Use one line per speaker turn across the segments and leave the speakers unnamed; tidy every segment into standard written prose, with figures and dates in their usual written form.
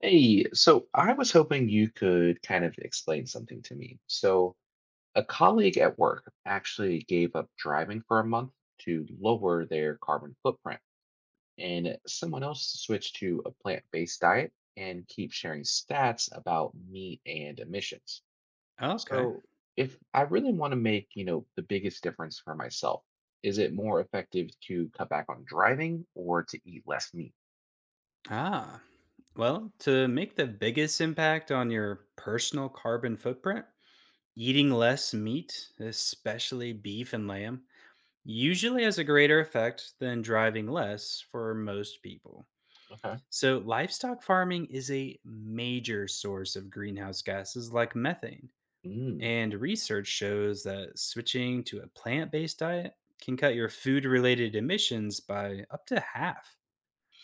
Hey, so I was hoping you could kind of explain something to me. So, a colleague at work actually gave up driving for a month to lower their carbon footprint, and someone else switched to a plant-based diet and keep sharing stats about meat and emissions.
Okay.
So, if I really want to make, you know, the biggest difference for myself, is it more effective to cut back on driving or to eat less meat?
Ah. Well, to make the biggest impact on your personal carbon footprint, eating less meat, especially beef and lamb, usually has a greater effect than driving less for most people.
Okay.
So, livestock farming is a major source of greenhouse gases like methane.
Mm,
And research shows that switching to a plant based diet can cut your food related emissions by up to half.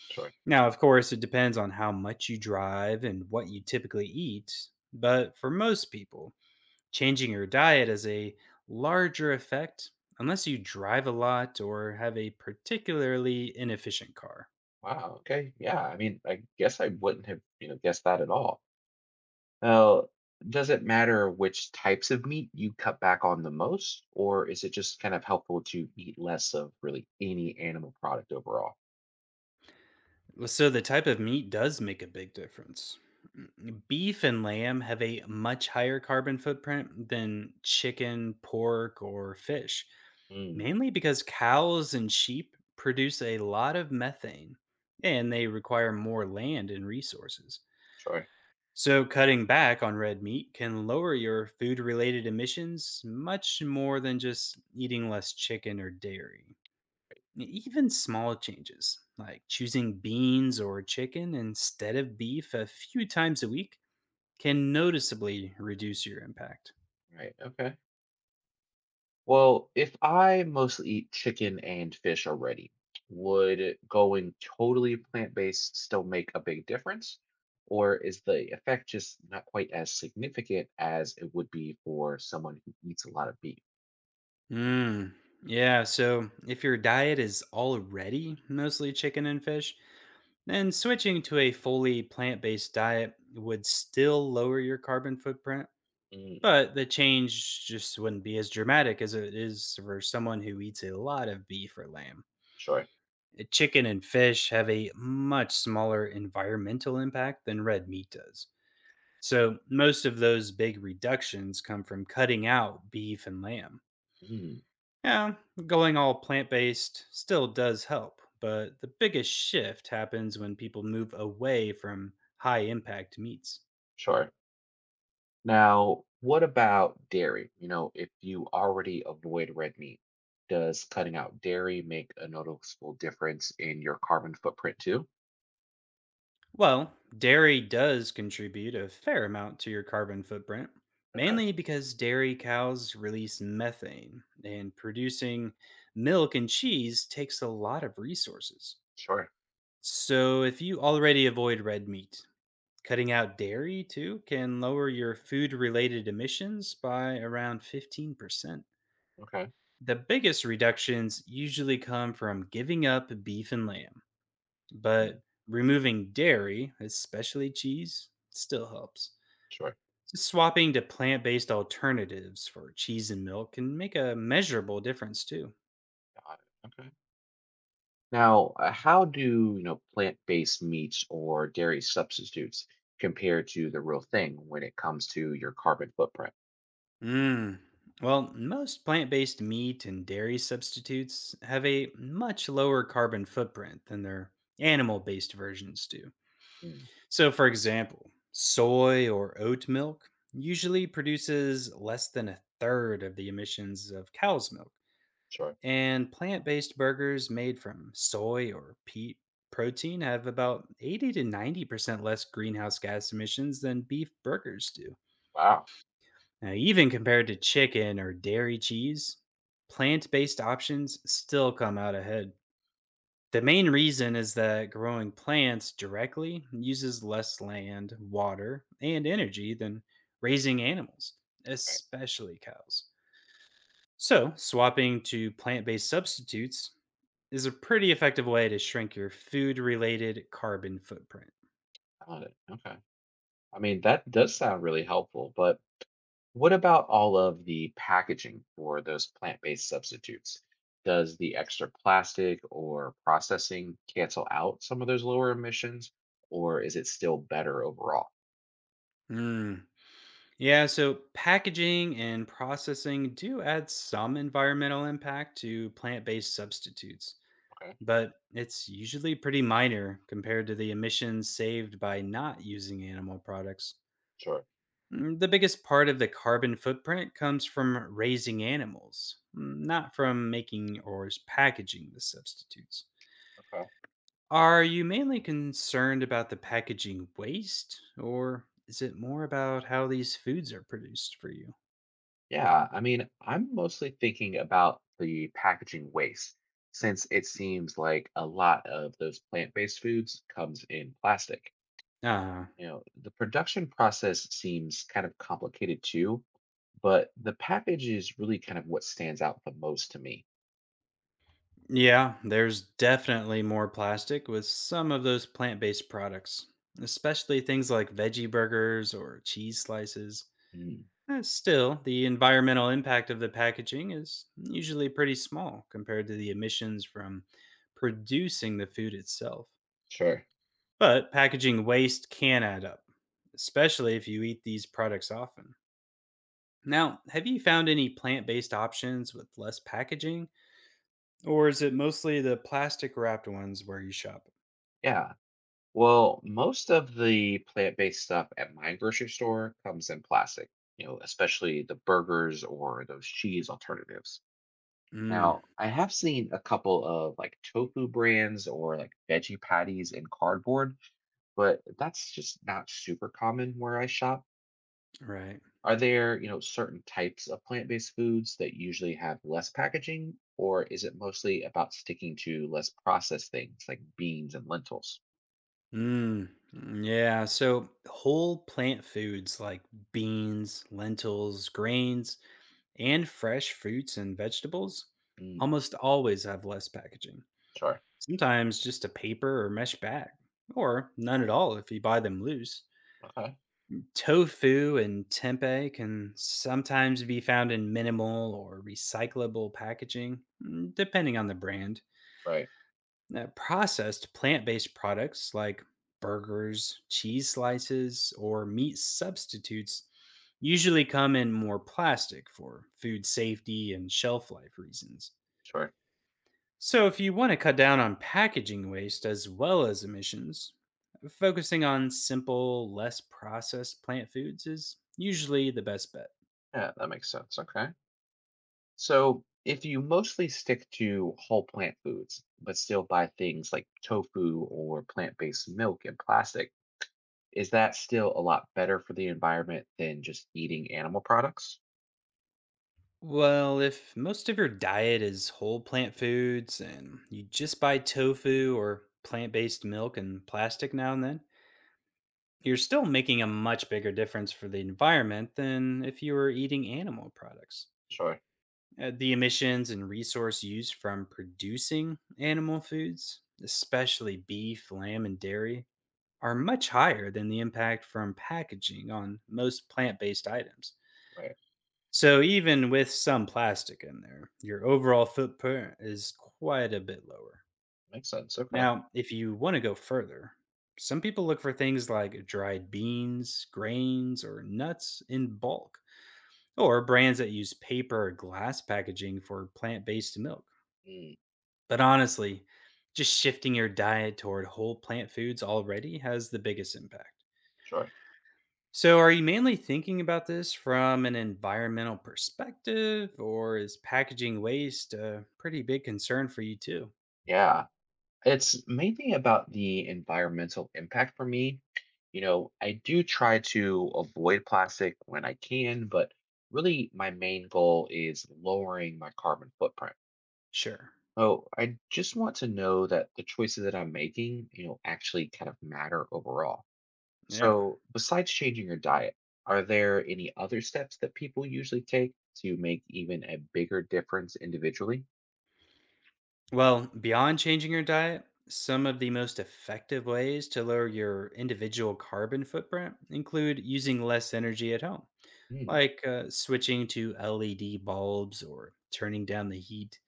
sure.
Now, of course, it depends on how much you drive and what you typically eat, but for most people, changing your diet has a larger effect unless you drive a lot or have a particularly inefficient car.
Wow, okay. Yeah, I mean, I guess I wouldn't have, you know, guessed that at all. Now, does it matter which types of meat you cut back on the most, or is it just kind of helpful to eat less of really any animal product overall?
So, the type of meat does make a big difference. Beef and lamb have a much higher carbon footprint than chicken, pork, or fish.
Mm,
Mainly because cows and sheep produce a lot of methane and they require more land and resources.
sure.
So, cutting back on red meat can lower your food related emissions much more than just eating less chicken or dairy. Even small changes, like choosing beans or chicken instead of beef a few times a week, can noticeably reduce your impact.
Right. Okay. Well, if I mostly eat chicken and fish already, would going totally plant-based still make a big difference? Or is the effect just not quite as significant as it would be for someone who eats a lot of beef?
Mm, yeah, so if your diet is already mostly chicken and fish, then switching to a fully plant based diet would still lower your carbon footprint,
Mm,
but the change just wouldn't be as dramatic as it is for someone who eats a lot of beef or lamb.
sure.
Chicken and fish have a much smaller environmental impact than red meat does. So most of those big reductions come from cutting out beef and lamb.
Mm,
Yeah, going all plant based still does help, but the biggest shift happens when people move away from high impact meats.
sure. Now, what about dairy? You know, if you already avoid red meat, does cutting out dairy make a noticeable difference in your carbon footprint too?
Well, dairy does contribute a fair amount to your carbon footprint,
Okay,
mainly because dairy cows release methane, and producing milk and cheese takes a lot of resources.
sure.
So, if you already avoid red meat, cutting out dairy too can lower your food related emissions by around 15%.
Okay,
The biggest reductions usually come from giving up beef and lamb,
mm,
but removing dairy, especially cheese, still helps.
sure.
Swapping to plant based alternatives for cheese and milk can make a measurable difference too.
Got it. Okay. Now, how do you know plant-based meats or dairy substitutes compare to the real thing when it comes to your carbon footprint?
Mm. Well, most plant based meat and dairy substitutes have a much lower carbon footprint than their animal based versions do.
Mm,
So, for example, soy or oat milk usually produces less than a third of the emissions of cow's milk.
sure.
And plant based burgers made from soy or peat protein have about 80 to 90% less greenhouse gas emissions than beef burgers do.
Wow.
Now, even compared to chicken or dairy cheese, plant based options still come out ahead. The main reason is that growing plants directly uses less land, water, and energy than raising animals,
Right.
especially cows. So, swapping to plant based substitutes is a pretty effective way to shrink your food related carbon footprint.
Got it. Okay. I mean, that does sound really helpful, but what about all of the packaging for those plant-based substitutes? Does the extra plastic or processing cancel out some of those lower emissions, or is it still better overall?
Mm. Yeah, so packaging and processing do add some environmental impact to plant based substitutes,
Okay.
but it's usually pretty minor compared to the emissions saved by not using animal products.
Sure.
The biggest part of the carbon footprint comes from raising animals, not from making or packaging the substitutes.
Okay.
Are you mainly concerned about the packaging waste, or is it more about how these foods are produced for you?
Yeah, I mean, I'm mostly thinking about the packaging waste, since it seems like a lot of those plant-based foods comes in plastic.
Ah,
You know, the production process seems kind of complicated too, but the package is really kind of what stands out the most to me.
Yeah, there's definitely more plastic with some of those plant based products, especially things like veggie burgers or cheese slices.
Mm,
Still, the environmental impact of the packaging is usually pretty small compared to the emissions from producing the food itself.
sure.
But packaging waste can add up, especially if you eat these products often. Now, have you found any plant based options with less packaging, or is it mostly the plastic wrapped ones where you shop?
Yeah. Well, most of the plant-based stuff at my grocery store comes in plastic, you know, especially the burgers or those cheese alternatives.
Mm,
Now, I have seen a couple of like tofu brands or like veggie patties in cardboard, but that's just not super common where I shop.
right.
Are there, you know, certain types of plant-based foods that usually have less packaging, or is it mostly about sticking to less processed things like beans and lentils?
Yeah. So whole plant foods like beans, lentils, grains, and fresh fruits and vegetables
Mm,
almost always have less packaging.
sure.
Sometimes just a paper or mesh bag, or none at all if you buy them loose.
Okay.
Tofu and tempeh can sometimes be found in minimal or recyclable packaging, mm, depending on the brand.
Right.
Processed plant based products like burgers, cheese slices, or meat substitutes usually come in more plastic for food safety and shelf life reasons.
Sure.
So, if you want to cut down on packaging waste as well as emissions, focusing on simple, less processed plant foods is usually the best bet.
Yeah, that makes sense. Okay. So, if you mostly stick to whole plant foods, but still buy things like tofu or plant based milk and plastic, is that still a lot better for the environment than just eating animal products?
Well, if most of your diet is whole plant foods and you just buy tofu or plant based milk and plastic now and then, you're still making a much bigger difference for the environment than if you were eating animal products.
Sure.
The emissions and resource used from producing animal foods, especially beef, lamb, and dairy, are much higher than the impact from packaging on most plant based items.
Right.
So even with some plastic in there, your overall footprint is quite a bit lower.
Makes sense. Okay.
Now, if you want to go further, some people look for things like dried beans, grains, or nuts in bulk, or brands that use paper or glass packaging for plant based milk.
Mm,
But honestly, just shifting your diet toward whole plant foods already has the biggest impact.
sure.
So, are you mainly thinking about this from an environmental perspective, or is packaging waste a pretty big concern for you too?
Yeah. It's mainly about the environmental impact for me. You know, I do try to avoid plastic when I can, but really my main goal is lowering my carbon footprint.
Sure.
Oh, I just want to know that the choices that I'm making, you know, actually kind of matter overall.
Yeah.
So, besides changing your diet, are there any other steps that people usually take to make even a bigger difference individually?
Well, beyond changing your diet, some of the most effective ways to lower your individual carbon footprint include using less energy at home,
Hmm,
like switching to LED bulbs or turning down the heat.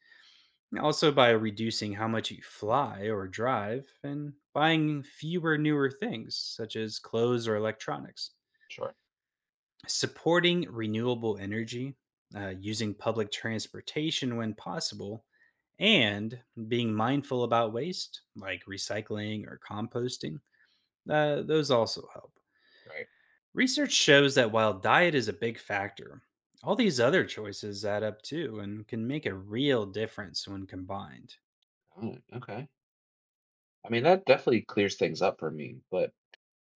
Also by reducing how much you fly or drive and buying fewer newer things such as clothes or electronics.
sure.
Supporting renewable energy, using public transportation when possible, and being mindful about waste like recycling or composting, those also help.
Right.
Research shows that while diet is a big factor, all these other choices add up too and can make a real difference when combined.
Oh, okay. I mean, that definitely clears things up for me. But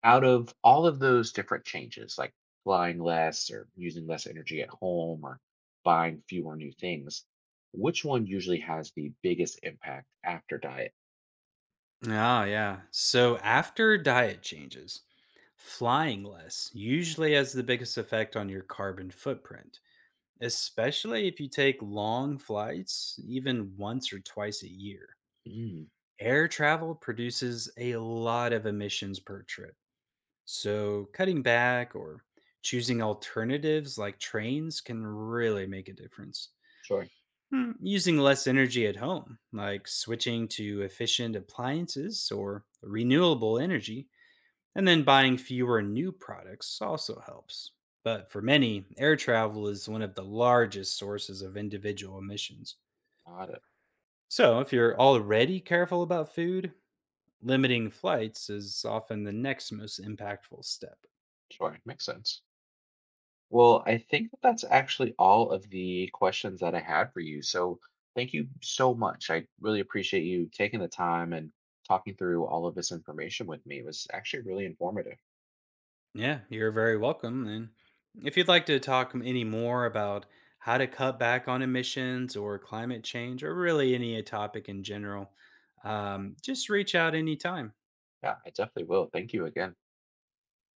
out of all of those different changes, like flying less or using less energy at home or buying fewer new things, which one usually has the biggest impact after diet?
Yeah. So after diet changes, flying less usually has the biggest effect on your carbon footprint, especially if you take long flights, even once or twice a year.
Mm,
Air travel produces a lot of emissions per trip. So cutting back or choosing alternatives like trains can really make a difference.
sure.
Using less energy at home, like switching to efficient appliances or renewable energy, and then buying fewer new products also helps. But for many, air travel is one of the largest sources of individual emissions.
Got it.
So if you're already careful about food, limiting flights is often the next most impactful step.
Sure. Makes sense. Well, I think that that's actually all of the questions that I had for you. So thank you so much. I really appreciate you taking the time and talking through all of this information with me. It was actually really informative.
Yeah, you're very welcome. And if you'd like to talk any more about how to cut back on emissions or climate change or really any topic in general, just reach out anytime.
Yeah, I definitely will. Thank you again.